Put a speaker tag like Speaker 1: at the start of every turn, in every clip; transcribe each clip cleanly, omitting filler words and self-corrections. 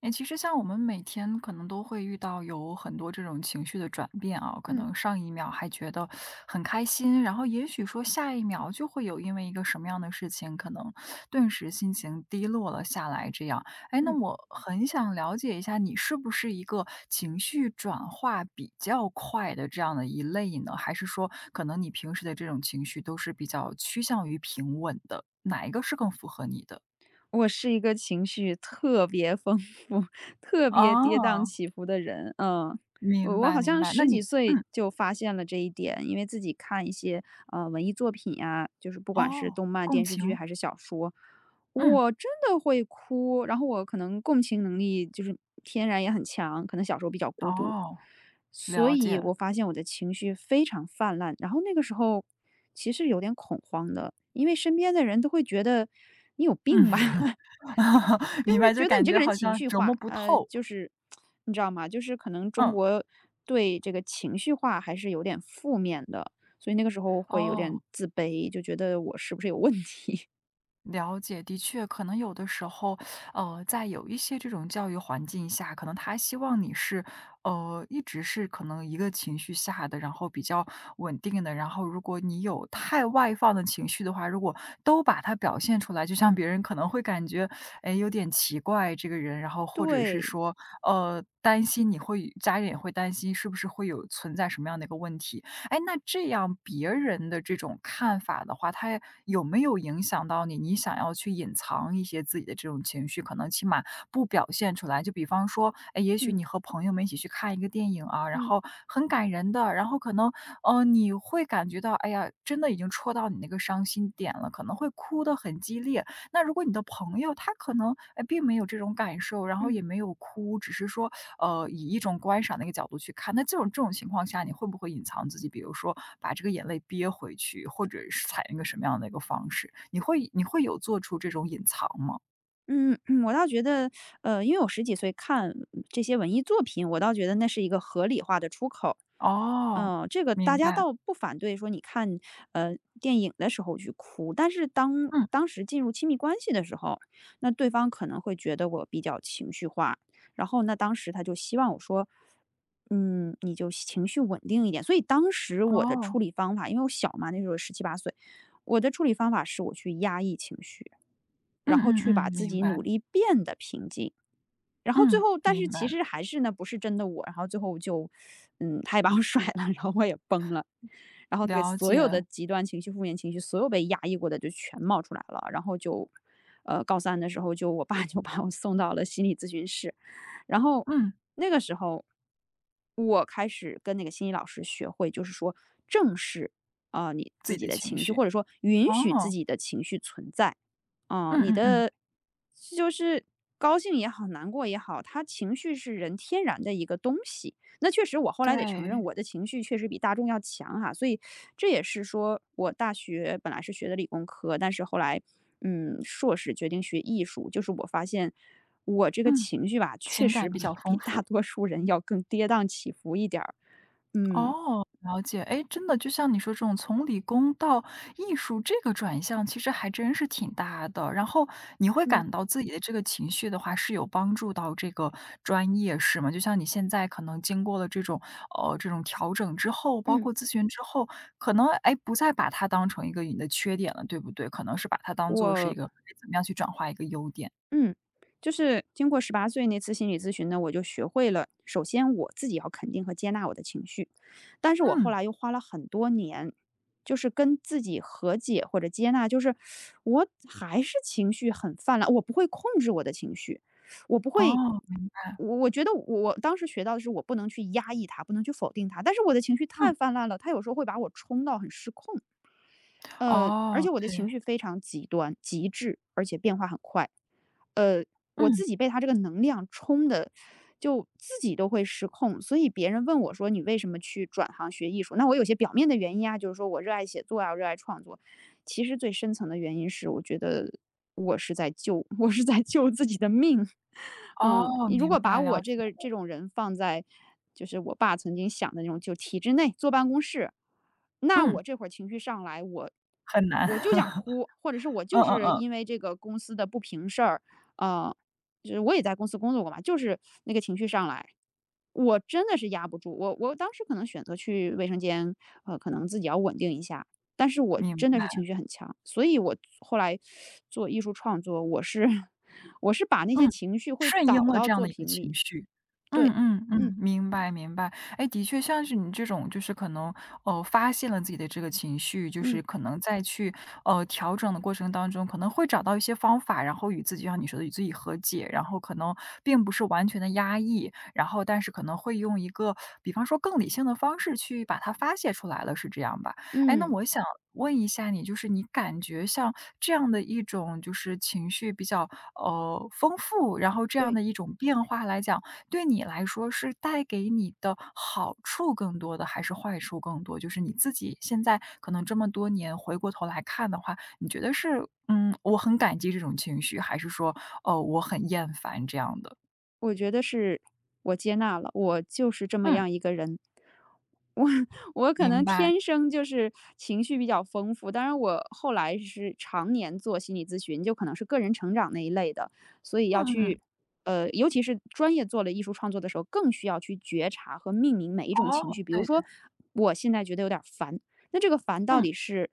Speaker 1: 哎，其实像我们每天可能都会遇到有很多这种情绪的转变啊，可
Speaker 2: 嗯
Speaker 1: 能上一秒还觉得很开心，然后也许说下一秒就会有因为一个什么样的事情，可能顿时心情低落了下来。这样，哎，那
Speaker 2: 嗯，
Speaker 1: 我很想了解一下，你是不是一个情绪转化比较快的这样的一类呢？还是说，可能你平时的这种情绪都是比较趋向于平稳的？哪一个是更符合你的？
Speaker 2: 我是一个情绪特别丰富、特别跌宕
Speaker 1: 啊？
Speaker 2: 起伏的人。嗯，
Speaker 1: 明
Speaker 2: 我我
Speaker 1: 白
Speaker 2: 好
Speaker 1: 明
Speaker 2: 像
Speaker 1: 白，那
Speaker 2: 十几
Speaker 1: 你
Speaker 2: 岁
Speaker 1: 嗯。
Speaker 2: 就发现了这一点，因为自己看一些文艺作品呀、就是不管是
Speaker 1: 哦，
Speaker 2: 动漫、
Speaker 1: 共
Speaker 2: 电视剧
Speaker 1: 情，
Speaker 2: 还是小说，
Speaker 1: 嗯，
Speaker 2: 我真的会哭。然后我可能共情能力就是天然也很强，可能小时候比较孤独，
Speaker 1: 哦，
Speaker 2: 所
Speaker 1: 了
Speaker 2: 以
Speaker 1: 解，
Speaker 2: 我发现我的情绪非常泛滥，然后那个时候其实有点恐慌的，因为身边的人都会觉得你有
Speaker 1: 嗯，
Speaker 2: 病吧，就
Speaker 1: 明
Speaker 2: 是
Speaker 1: 白，
Speaker 2: 觉
Speaker 1: 就
Speaker 2: 得你
Speaker 1: 感
Speaker 2: 这个
Speaker 1: 觉
Speaker 2: 人
Speaker 1: 好
Speaker 2: 情
Speaker 1: 像
Speaker 2: 绪
Speaker 1: 琢
Speaker 2: 化，
Speaker 1: 磨不透，
Speaker 2: 就是你知道吗？就是可能中
Speaker 1: 嗯，
Speaker 2: 国对这个情绪化还是有点负面的，所以那个时候会有点
Speaker 1: 哦。
Speaker 2: 自卑，就觉得我是不是有问题？
Speaker 1: 了解，的确，可能有的时候，在有一些这种教育环境下，可能他希望你是，一直是可能一个情绪下的，然后比较稳定的，然后如果你有太外放的情绪的话，如果都把它表现出来，就像别人可能会感觉，哎，有点奇怪这个人，然后或者是
Speaker 2: 对。
Speaker 1: 说，担心你会，家人也会担心是不是会有存在什么样的一个问题，哎，那这样别人的这种看法的话，他有没有影响到你？你想要去隐藏一些自己的这种情绪，可能起码不表现出来。就比方说，哎，也许
Speaker 2: 嗯
Speaker 1: 你和朋友们一起去看一个电影啊，然
Speaker 2: 嗯
Speaker 1: 后很感人的，然后可能，嗯，你会感觉到，哎呀，真的已经戳到你那个伤心点了，可能会哭得很激烈。那如果你的朋友他可能哎并没有这种感受，然后
Speaker 2: 嗯
Speaker 1: 也没有哭，只是说以一种观赏的一个角度去看。那这种情况下，你会不会隐藏自己？比如说把这个眼泪憋回去，或者是采用一个什么样的一个方式？你会有做出这种隐藏吗？
Speaker 2: 嗯，我倒觉得，因为我十几岁看这些文艺作品，我倒觉得那是一个合理化的出口。
Speaker 1: 哦，
Speaker 2: 这个大
Speaker 1: 明
Speaker 2: 家
Speaker 1: 白，
Speaker 2: 倒不反对说你看，电影的时候去哭，但是当
Speaker 1: 嗯，
Speaker 2: 当时进入亲密关系的时候，那对方可能会觉得我比较情绪化，然后那当时他就希望我说，你就情绪稳定一点。所以当时我的处
Speaker 1: 哦，
Speaker 2: 理方法，因为我小嘛，那时候十七八岁，我的处理方法是我去压抑情绪，然
Speaker 1: 嗯
Speaker 2: 后
Speaker 1: 嗯
Speaker 2: 去把
Speaker 1: 嗯，
Speaker 2: 自
Speaker 1: 明
Speaker 2: 己
Speaker 1: 白，
Speaker 2: 努力变得平静。然后最
Speaker 1: 嗯，
Speaker 2: 后，但是
Speaker 1: 明白，
Speaker 2: 其实还是呢，不是真的我。然后最后就，他也把我 甩了，然后我也崩了，然后那个
Speaker 1: 了
Speaker 2: 所有的
Speaker 1: 解，
Speaker 2: 极端情绪、负面情绪，所有被压抑过的就全冒出来了。然后就，高三的时候就我爸 就把我送到了心理咨询室，然后
Speaker 1: 嗯，
Speaker 2: 那个时候，我开始跟那个心理老师学会，就是说正视啊、你
Speaker 1: 自
Speaker 2: 自
Speaker 1: 己
Speaker 2: 己
Speaker 1: 的
Speaker 2: 的
Speaker 1: 情
Speaker 2: 情绪，
Speaker 1: 绪，
Speaker 2: 或者说允许自
Speaker 1: 哦，
Speaker 2: 己的情绪存在。哦，
Speaker 1: 嗯
Speaker 2: 你
Speaker 1: 嗯嗯，
Speaker 2: 的就是高兴也好，难过也好，它情绪是人天然的一个东西。那确实，我后来得承认，
Speaker 1: 对，
Speaker 2: 我的情绪确实比大众要强哈。所以这也是说我大学本来是学的理工科，但是后来，硕士决定学艺术，就是我发现我这个
Speaker 1: 嗯，
Speaker 2: 情绪吧，确
Speaker 1: 情
Speaker 2: 实
Speaker 1: 感比较
Speaker 2: 比
Speaker 1: 丰
Speaker 2: 大
Speaker 1: 富。
Speaker 2: 多数人要更跌宕起伏一点儿。嗯
Speaker 1: 哦，了解。哎，真的就像你说这种从理工到艺术这个转向，其实还真是挺大的。然后你会
Speaker 2: 嗯嗯。
Speaker 1: 感到自己的这个情绪的话，是有帮助到这个专业是吗？就像你现在可能经过了这种这种调整之后，包
Speaker 2: 嗯，
Speaker 1: 括咨询之后，可能哎不再把它当成一个你的缺点了，对不对？可能是把它当做是一
Speaker 2: 我
Speaker 1: 个哎怎么样去转化一个优点。
Speaker 2: 嗯，就是经过18岁那次心理咨询呢，我就学会了，首先我自己要肯定和接纳我的情绪。但是我后
Speaker 1: 嗯，
Speaker 2: 来又花了很多年，就是跟自己和解或者接纳，就是我还是情绪很泛滥，我不会控制我的情绪，我不会
Speaker 1: 哦，明白。
Speaker 2: 我我觉得我当时学到的是我不能去压抑它，不能去否定它，但是我的情绪
Speaker 1: 嗯，
Speaker 2: 太泛滥了，它有时候会把我冲到很失控。而且
Speaker 1: 哦，
Speaker 2: 我的
Speaker 1: 对，
Speaker 2: 情绪非常极端、极致，而且变化很快。呃，我
Speaker 1: 嗯，
Speaker 2: 自己被他这个能量冲的，就自己都会失控。所以别人问我说：“你为什么去转行学艺术？”那我有些表面的原因啊，就是说我热爱写作啊，我热爱创作。其实最深层的原因是，我觉得我是在救，我是在救自己的命。
Speaker 1: 哦，
Speaker 2: 你如
Speaker 1: 明
Speaker 2: 果把
Speaker 1: 白，了
Speaker 2: 我这
Speaker 1: 解，
Speaker 2: 个这种人放在，就是我爸曾经想的那种，就体制内坐办公室，那
Speaker 1: 嗯。
Speaker 2: 我这会儿情绪上来，我
Speaker 1: 很难，
Speaker 2: 我 就想哭，或者是我
Speaker 1: 嗯
Speaker 2: 就
Speaker 1: 嗯
Speaker 2: 是
Speaker 1: 嗯，
Speaker 2: 因为这个公司的不平事儿，呃，就是我也在公司工作过嘛，就是那个情绪上来，我真的是压不住。我当时可能选择去卫生间，可能自己要稳定一下，但是我
Speaker 1: 明
Speaker 2: 真的
Speaker 1: 白，
Speaker 2: 是情绪很强，所以我后来做艺术创作，我是 我是把那些
Speaker 1: 嗯，
Speaker 2: 情绪会
Speaker 1: 顺
Speaker 2: 导
Speaker 1: 应了
Speaker 2: 到
Speaker 1: 这样
Speaker 2: 作
Speaker 1: 的一个
Speaker 2: 品
Speaker 1: 情
Speaker 2: 里。
Speaker 1: 绪。嗯
Speaker 2: 对。
Speaker 1: 嗯嗯，
Speaker 2: 嗯
Speaker 1: 明白明白。哎，的确像是你这种就是可能，发现了自己的这个情绪，就是
Speaker 2: 嗯
Speaker 1: 可能在去，调整的过程当中，可能会找到一些方法，然后与自己像你说的与自己和解，然后可能并不是完全的压抑，然后但是可能会用一个比方说更理性的方式去把它发泄出来了，是这样吧？哎，那
Speaker 2: 嗯。
Speaker 1: 我想问一下你，就是你感觉像这样的一种就是情绪比较丰富，然后这样
Speaker 2: 对。
Speaker 1: 的一种变化来讲，对你来说是带给你的好处更多的，还是坏处更多？就是你自己现在可能这么多年回过头来看的话，你觉得是嗯，我很感激这种情绪，还是说哦，我很厌烦这样的？
Speaker 2: 我觉得是我接纳了，我就是这么
Speaker 1: 嗯，
Speaker 2: 样一个人。我我可
Speaker 1: 明
Speaker 2: 能
Speaker 1: 白。
Speaker 2: 天生就是情绪比较丰富，当然我后来是常年做心理咨询，就可能是个人成长那一类的，所以
Speaker 1: 嗯
Speaker 2: 要
Speaker 1: 嗯
Speaker 2: 去，
Speaker 1: 嗯。
Speaker 2: 尤其是专业做了艺术创作的时候，更需要去觉察和命名每一种情
Speaker 1: 哦，
Speaker 2: 绪。比如
Speaker 1: 对对，
Speaker 2: 说，我现在觉得有点儿烦，那这个烦到
Speaker 1: 嗯。
Speaker 2: 底是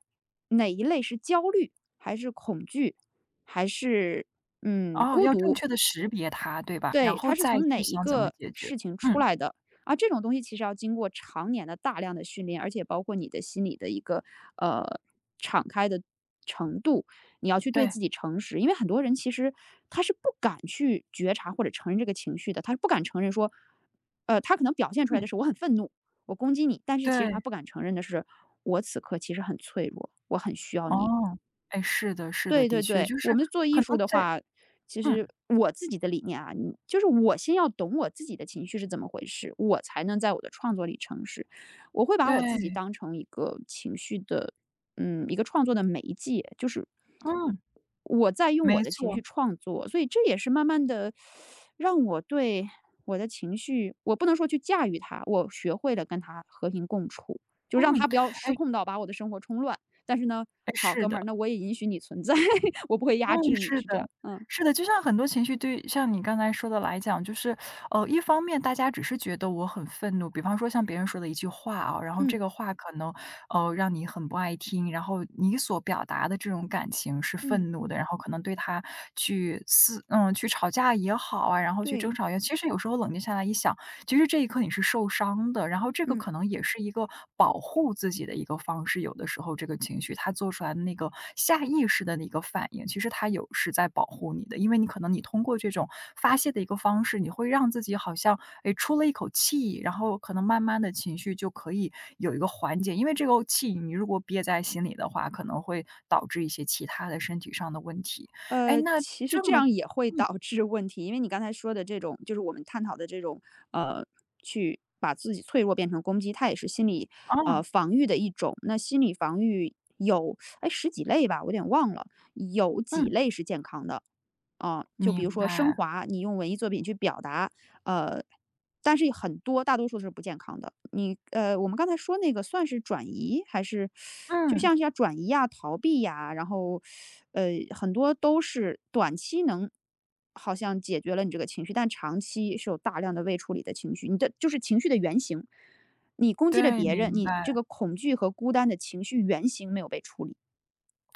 Speaker 2: 哪一类？是焦虑，还是恐惧，还是
Speaker 1: 哦，
Speaker 2: 孤
Speaker 1: 要正
Speaker 2: 独，
Speaker 1: 确的识别它，对吧？然
Speaker 2: 对，
Speaker 1: 后
Speaker 2: 他是
Speaker 1: 再
Speaker 2: 从哪
Speaker 1: 去
Speaker 2: 一
Speaker 1: 想怎么
Speaker 2: 个
Speaker 1: 解决。
Speaker 2: 事情出
Speaker 1: 嗯，
Speaker 2: 来的啊？这种东西其实要经过常年的大量的训练，而且包括你的心理的一个呃敞开的程度，你要去对
Speaker 1: 对，
Speaker 2: 自己诚实。因为很多人其实他是不敢去觉察或者承认这个情绪的，他是不敢承认说，他可能表现出来
Speaker 1: 嗯，
Speaker 2: 的是我很愤怒，我攻击你，但是其实他
Speaker 1: 对，
Speaker 2: 不敢承认的是，我此刻其实很脆弱，我很需要你。
Speaker 1: 哦，哎，是的是的，
Speaker 2: 对对
Speaker 1: 的确，
Speaker 2: 对，
Speaker 1: 就
Speaker 2: 我
Speaker 1: 是
Speaker 2: 们做艺
Speaker 1: 可
Speaker 2: 术
Speaker 1: 能
Speaker 2: 的
Speaker 1: 在
Speaker 2: 话，其
Speaker 1: 嗯，
Speaker 2: 实我自己的理念啊，你就是我先要懂我自己的情绪是怎么回事，我才能在我的创作里诚实。我会把我自己
Speaker 1: 对，
Speaker 2: 当成一个情绪的，一个创作的媒介，就是
Speaker 1: 嗯，
Speaker 2: 我在用我
Speaker 1: 没
Speaker 2: 的情
Speaker 1: 错，
Speaker 2: 绪创作，所以这也是慢慢的让我对我的情绪，我不能说去驾驭它，我学会了跟它和平共处，就让
Speaker 1: 嗯，
Speaker 2: 它不要失
Speaker 1: 哎，
Speaker 2: 控到把我的生活冲乱。但是呢，
Speaker 1: 哎，
Speaker 2: 好
Speaker 1: 是
Speaker 2: 哥们
Speaker 1: 的。
Speaker 2: 儿，那我也允许你存在，我不会压
Speaker 1: 嗯，
Speaker 2: 制你，
Speaker 1: 是
Speaker 2: 是
Speaker 1: 的，
Speaker 2: 这样。嗯
Speaker 1: 是的，就像很多情绪对像你刚才说的来讲，就是，一方面大家只是觉得我很愤怒，比方说像别人说的一句话啊，然后
Speaker 2: 嗯，
Speaker 1: 这个话可能，让你很不爱听，然后你所表达的这种感情是
Speaker 2: 嗯，
Speaker 1: 愤怒的，然后可能对他去撕嗯，去吵架也好啊，然后去争
Speaker 2: 对，
Speaker 1: 吵也其实有时候冷静下来一想，其实这一刻你是受伤的，然后这个
Speaker 2: 嗯。
Speaker 1: 可能也是一个保护自己的一个方式。有的时候这个情绪它做出来的那个下意识的那个反应，其实它有是在保护你的，因为你可能你通过这种发泄的一个方式，你会让自己好像诶出了一口气，然后可能慢慢的情绪就可以有一个缓解。因为这个气你如果憋在心里的话，可能会导致一些其他的身体上的问题。哎，那
Speaker 2: 其实
Speaker 1: 这
Speaker 2: 这
Speaker 1: 么，
Speaker 2: 样也会
Speaker 1: 嗯，
Speaker 2: 导致问题，因为你刚才说的这种，就是我们探讨的这种，呃，去把自己脆弱变成攻击，它也是心理，
Speaker 1: 啊
Speaker 2: 防御的一种。那心理防御有，哎，十几类吧，我有点忘了，有几
Speaker 1: 嗯，
Speaker 2: 类是健康的。啊，就比
Speaker 1: 明
Speaker 2: 如说升
Speaker 1: 白，
Speaker 2: 华，你用文艺作品去表达，呃，但是很多大多数是不健康的。我们刚才说那个算是转移还是，就
Speaker 1: 嗯。
Speaker 2: 像是要转移呀、逃避呀，然后很多都是短期能好像解决了你这个情绪，但长期是有大量的未处理的情绪，你的就是情绪的原型。你攻击了
Speaker 1: 对，
Speaker 2: 别人，
Speaker 1: 明
Speaker 2: 你这
Speaker 1: 白。
Speaker 2: 个恐惧和孤单的情绪原型没有被处理。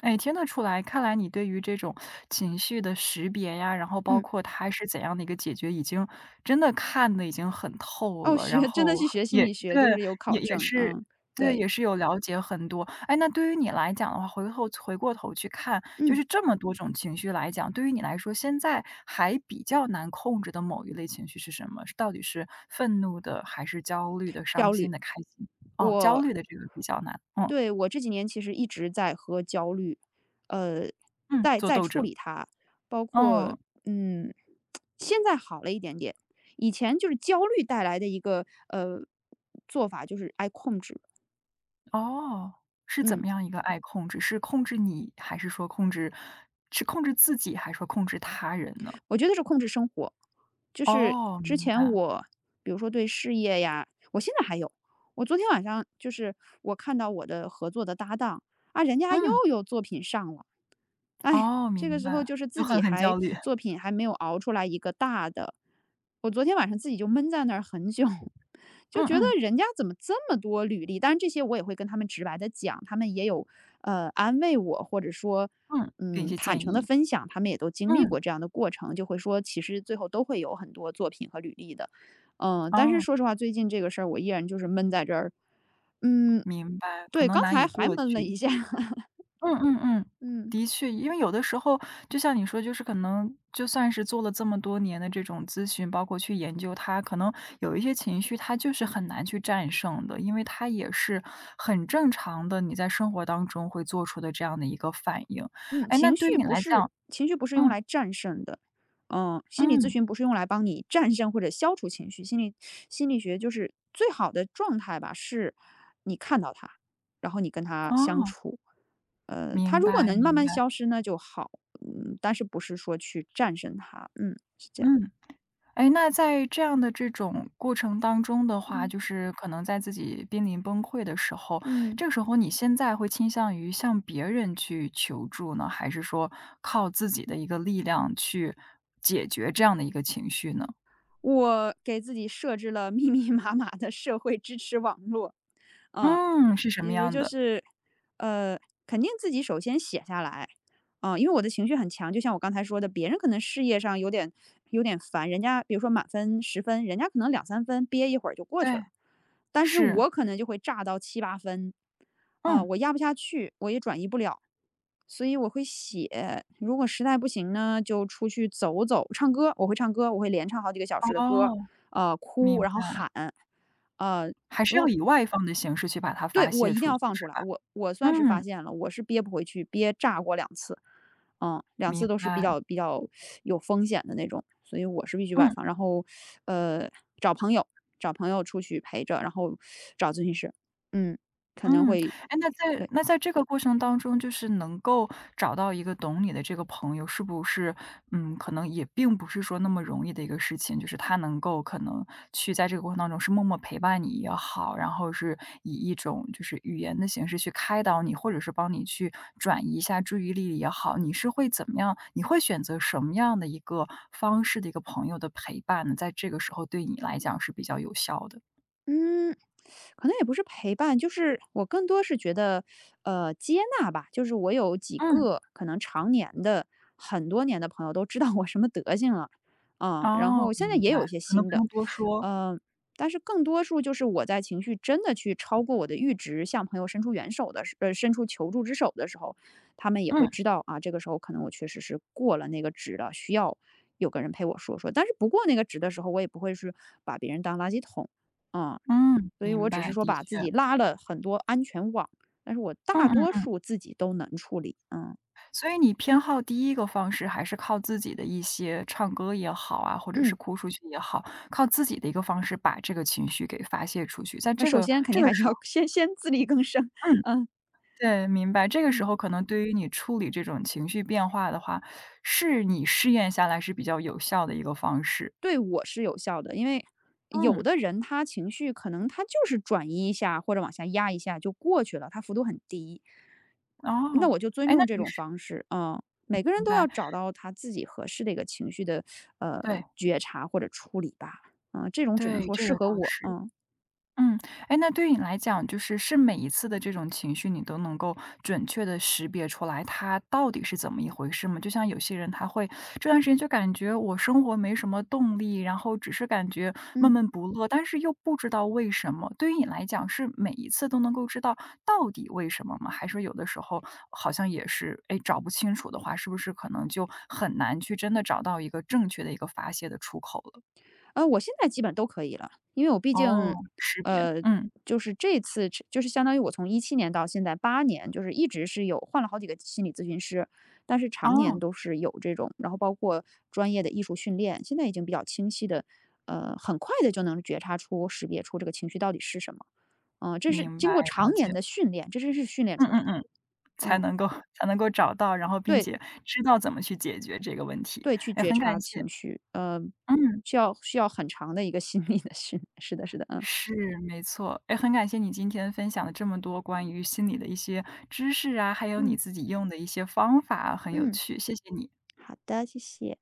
Speaker 1: 哎，听得出来，看来你对于这种情绪的识别呀，然后包
Speaker 2: 嗯。
Speaker 1: 括它是怎样的一个解决，已经真的看的已经很透
Speaker 2: 哦，
Speaker 1: 了，然
Speaker 2: 真的
Speaker 1: 后
Speaker 2: 去
Speaker 1: 很
Speaker 2: 学心
Speaker 1: 也
Speaker 2: 理学，
Speaker 1: 对，
Speaker 2: 就是有考
Speaker 1: 也也
Speaker 2: 证。
Speaker 1: 是
Speaker 2: 嗯。
Speaker 1: 对，
Speaker 2: 对。
Speaker 1: 也是有了解很多。哎，那对于你来讲的话，回过头去看，就
Speaker 2: 嗯。
Speaker 1: 是这么多种情绪来讲，对于你来说，现在还比较难控制的某一类情绪是什么？是到底是愤怒的，还是焦虑的、伤
Speaker 2: 焦
Speaker 1: 心
Speaker 2: 虑。
Speaker 1: 的、开心的？哦，焦
Speaker 2: 我
Speaker 1: 虑的这个比较难，嗯
Speaker 2: 对，我这几年其实一直在和焦虑，呃，
Speaker 1: 嗯，
Speaker 2: 在
Speaker 1: 做
Speaker 2: 在
Speaker 1: 斗
Speaker 2: 处
Speaker 1: 争。
Speaker 2: 理它，包括
Speaker 1: 嗯，
Speaker 2: 嗯，现在好了一点点。以前就是焦虑带来的一个做法，就是爱控制。
Speaker 1: 哦，是怎
Speaker 2: 嗯，
Speaker 1: 么样一个爱控制？是控制你，还是说控制是控制自己，还是说控制他人呢？
Speaker 2: 我觉得是控制生活，就是
Speaker 1: 哦，
Speaker 2: 之
Speaker 1: 明
Speaker 2: 前
Speaker 1: 白，
Speaker 2: 我比如说对事业呀，我现在还有。我昨天晚上就是我看到我的合作的搭档啊，人家又
Speaker 1: 嗯，
Speaker 2: 有作品上了。哎呀
Speaker 1: 哦，
Speaker 2: 这个
Speaker 1: 明
Speaker 2: 时候
Speaker 1: 白，
Speaker 2: 就是
Speaker 1: 就
Speaker 2: 自己
Speaker 1: 很
Speaker 2: 还
Speaker 1: 焦虑，
Speaker 2: 作品还没有熬出来一个大的，我昨天晚上自己就闷在那儿很久，就
Speaker 1: 嗯
Speaker 2: 觉得
Speaker 1: 嗯
Speaker 2: 人家怎么这么多履历？当然这些我也会跟他们直白的讲，他们也有，安慰我，或者说，
Speaker 1: 嗯，给一些
Speaker 2: 坦
Speaker 1: 建
Speaker 2: 诚的
Speaker 1: 议，
Speaker 2: 分享，他们也都经历
Speaker 1: 嗯，
Speaker 2: 过这样的过程，就会说其实最后都会有很多作品和履历的。但是
Speaker 1: 哦，
Speaker 2: 说实话，最近这个事儿我依然就是闷在这儿，嗯，
Speaker 1: 明白，可
Speaker 2: 对，
Speaker 1: 能
Speaker 2: 刚
Speaker 1: 难
Speaker 2: 才
Speaker 1: 以
Speaker 2: 还
Speaker 1: 过
Speaker 2: 闷了
Speaker 1: 去。
Speaker 2: 一下，
Speaker 1: 嗯嗯嗯，
Speaker 2: 嗯。
Speaker 1: 的确，因为有的时候，就像你说，就是可能就算是做了这么多年的这种咨询，包括去研究它，可能有一些情绪它就是很难去战胜的，因为它也是很正常的，你在生活当中会做出的这样的一个反应。
Speaker 2: 嗯，
Speaker 1: 哎，那
Speaker 2: 情
Speaker 1: 对于
Speaker 2: 绪
Speaker 1: 你
Speaker 2: 不
Speaker 1: 来
Speaker 2: 是
Speaker 1: 讲，
Speaker 2: 情绪不是用
Speaker 1: 嗯
Speaker 2: 来战胜的，嗯，心理咨
Speaker 1: 嗯，
Speaker 2: 询不是用来帮你战胜或者消除情绪，心理学就是最好的状态吧，是你看到它，然后你跟它相
Speaker 1: 哦，
Speaker 2: 处，它
Speaker 1: 明
Speaker 2: 如果
Speaker 1: 白
Speaker 2: 能慢
Speaker 1: 明
Speaker 2: 慢
Speaker 1: 白，
Speaker 2: 消失那就好，嗯，但是不是说去战胜它，嗯，是这样，
Speaker 1: 嗯。哎，那在这样的这种过程当中的话，
Speaker 2: 嗯
Speaker 1: 就是可能在自己濒临崩溃的时候，
Speaker 2: 嗯。
Speaker 1: 这个时候你现在会倾向于向别人去求助呢，还是说靠自己的一个力量去解决这样的一个情绪呢？
Speaker 2: 我给自己设置了密密麻麻的社会支持网络，嗯，
Speaker 1: 嗯，是什
Speaker 2: 比
Speaker 1: 么
Speaker 2: 如
Speaker 1: 样
Speaker 2: 就
Speaker 1: 的？
Speaker 2: 是，呃，肯定自己首先写下来，啊，因为我的情绪很强，就像我刚才说的，别人可能事业上有点烦，人家比如说满分10分，人家可能2、3分憋一会儿就过
Speaker 1: 对，
Speaker 2: 去了，但是
Speaker 1: 是，
Speaker 2: 我可能就会炸到7、8分，啊，
Speaker 1: 嗯，
Speaker 2: 我压不下去，我也转移不了，所以我会写，如果实在不行呢，就出去走走，唱歌，我会唱歌，我会连唱好几个小时的歌，
Speaker 1: 哦，
Speaker 2: 哭，
Speaker 1: 明
Speaker 2: 然后
Speaker 1: 白，
Speaker 2: 喊，呃，
Speaker 1: 还是要以外放的形式去把它
Speaker 2: 对，
Speaker 1: 发
Speaker 2: 我
Speaker 1: 泄
Speaker 2: 一定
Speaker 1: 出
Speaker 2: 要
Speaker 1: 去，
Speaker 2: 放出
Speaker 1: 是
Speaker 2: 来，
Speaker 1: 吧？
Speaker 2: 我算是发
Speaker 1: 嗯，
Speaker 2: 现了，我是憋不回去，憋炸过两次，嗯，两
Speaker 1: 明
Speaker 2: 次都是比
Speaker 1: 白，
Speaker 2: 较比较有风险的那种，所以我是必须外
Speaker 1: 嗯。
Speaker 2: 放，然后呃，找朋友，找朋友出去陪着，然后找咨询师，嗯，可能
Speaker 1: 嗯，
Speaker 2: 会。
Speaker 1: 哎，那在
Speaker 2: 对。
Speaker 1: 那在这个过程当中，就是能够找到一个懂你的这个朋友，是不是，嗯，可能也并不是说那么容易的一个事情，就是他能够可能去在这个过程当中是默默陪伴你也好，然后是以一种就是语言的形式去开导你，或者是帮你去转移一下注意力也好，你是会怎么样？你会选择什么样的一个方式的一个朋友的陪伴呢？在这个时候对你来讲是比较有效的？
Speaker 2: 嗯，可能也不是陪伴，就是我更多是觉得，接纳吧。就是我有几
Speaker 1: 嗯，
Speaker 2: 个可能常年的、很多年的朋友都知道我什么德行了，啊，然后
Speaker 1: 哦，
Speaker 2: 现在
Speaker 1: 明
Speaker 2: 也
Speaker 1: 白，
Speaker 2: 有一些
Speaker 1: 可能
Speaker 2: 新
Speaker 1: 不
Speaker 2: 的，
Speaker 1: 用多说。
Speaker 2: 嗯，但是更多数就是我在情绪真的去超过我的阈值，向朋友伸出援手的时，伸出求助之手的时候，他们也会
Speaker 1: 嗯，
Speaker 2: 知道啊，这个时候可能我确实是过了那个值了，需要有个人陪我说说。但是不过那个值的时候，我也不会是把别人当垃圾桶。嗯，
Speaker 1: 嗯，
Speaker 2: 所以
Speaker 1: 明
Speaker 2: 我只是
Speaker 1: 白，
Speaker 2: 说
Speaker 1: 的
Speaker 2: 把自
Speaker 1: 确，
Speaker 2: 己拉了很多安全网，但是我
Speaker 1: 嗯
Speaker 2: 大
Speaker 1: 嗯
Speaker 2: 多
Speaker 1: 嗯。
Speaker 2: 数自己都能处理。嗯
Speaker 1: 所以你偏好第一个方式还是靠自己的一些唱歌也好啊，或者是
Speaker 2: 嗯，
Speaker 1: 哭出去也好，靠自己的一个方式把这个情绪给发泄出去。在
Speaker 2: 那
Speaker 1: 这
Speaker 2: 首
Speaker 1: 个
Speaker 2: 先肯
Speaker 1: 这
Speaker 2: 定
Speaker 1: 个
Speaker 2: 还是
Speaker 1: 时
Speaker 2: 要
Speaker 1: 候
Speaker 2: 先自力更生。
Speaker 1: 嗯，
Speaker 2: 嗯
Speaker 1: 对，明白，这个时
Speaker 2: 嗯，
Speaker 1: 候可能对于你处理这种情绪变化的话，是你试验下来是比较有效的一个方式。
Speaker 2: 对我是有效的，因为有
Speaker 1: 嗯，
Speaker 2: 的人他情绪可能他就是转移一下或者往下压一下就过去了，他幅度很低，
Speaker 1: 哦，
Speaker 2: 那我就尊
Speaker 1: 哎，那
Speaker 2: 重这
Speaker 1: 你
Speaker 2: 种
Speaker 1: 是
Speaker 2: 方式。嗯，每个人
Speaker 1: 明
Speaker 2: 都要
Speaker 1: 白，
Speaker 2: 找到他自己合适的一个情绪的
Speaker 1: 对，
Speaker 2: 觉察或者处理吧。啊，这种只能
Speaker 1: 对，
Speaker 2: 说
Speaker 1: 这个
Speaker 2: 适合
Speaker 1: 倒
Speaker 2: 我。
Speaker 1: 是。
Speaker 2: 嗯
Speaker 1: 嗯，哎，那对于你来讲，就是是
Speaker 2: 嗯
Speaker 1: 每一次的这种情绪，你都能够准确的识别出来，它到底是怎么一回事吗？就像有些人他会这段时间就感觉我生活没什么动力，然后只是感觉闷
Speaker 2: 嗯。
Speaker 1: 闷不乐，但是又不知道为什么。对于你来讲，是每一次都能够知道到底为什么吗？还是有的时候好像也是，哎，找不清楚的话，是不是可能就很难去真的找到一个正确的一个发泄的出口了？
Speaker 2: 我现在基本都可以了，因为我毕
Speaker 1: 哦，
Speaker 2: 竟，
Speaker 1: 识别，
Speaker 2: 呃，
Speaker 1: 嗯，
Speaker 2: 就是这次就是相当于我从2017年到现在8年，就是一直是有换了好几个心理咨询师，但是常年
Speaker 1: 哦。
Speaker 2: 都是有这种，然后包括专业的艺术训练，现在已经比较清晰的，很快的就能觉察出、识别出这个情绪到底是什么。嗯，这是
Speaker 1: 明白，
Speaker 2: 经过
Speaker 1: 了
Speaker 2: 常
Speaker 1: 解。
Speaker 2: 年的训练，这真是训练
Speaker 1: 嗯
Speaker 2: 出来
Speaker 1: 嗯
Speaker 2: 的。
Speaker 1: 嗯，才
Speaker 2: 嗯，
Speaker 1: 能够才能够找到，然后并
Speaker 2: 对
Speaker 1: 且知道怎么去解决这个问题。
Speaker 2: 对，去
Speaker 1: 哎，
Speaker 2: 觉
Speaker 1: 很
Speaker 2: 察
Speaker 1: 感谢
Speaker 2: 情绪，
Speaker 1: 嗯，
Speaker 2: 需要很长的一个心理的是的是的，嗯，
Speaker 1: 是，没错。哎，很感谢你今天分享了这么多关于心理的一些知识啊，还有你
Speaker 2: 嗯
Speaker 1: 自己用的一些方法啊，很有
Speaker 2: 嗯。
Speaker 1: 趣，谢谢你。
Speaker 2: 好的，谢谢。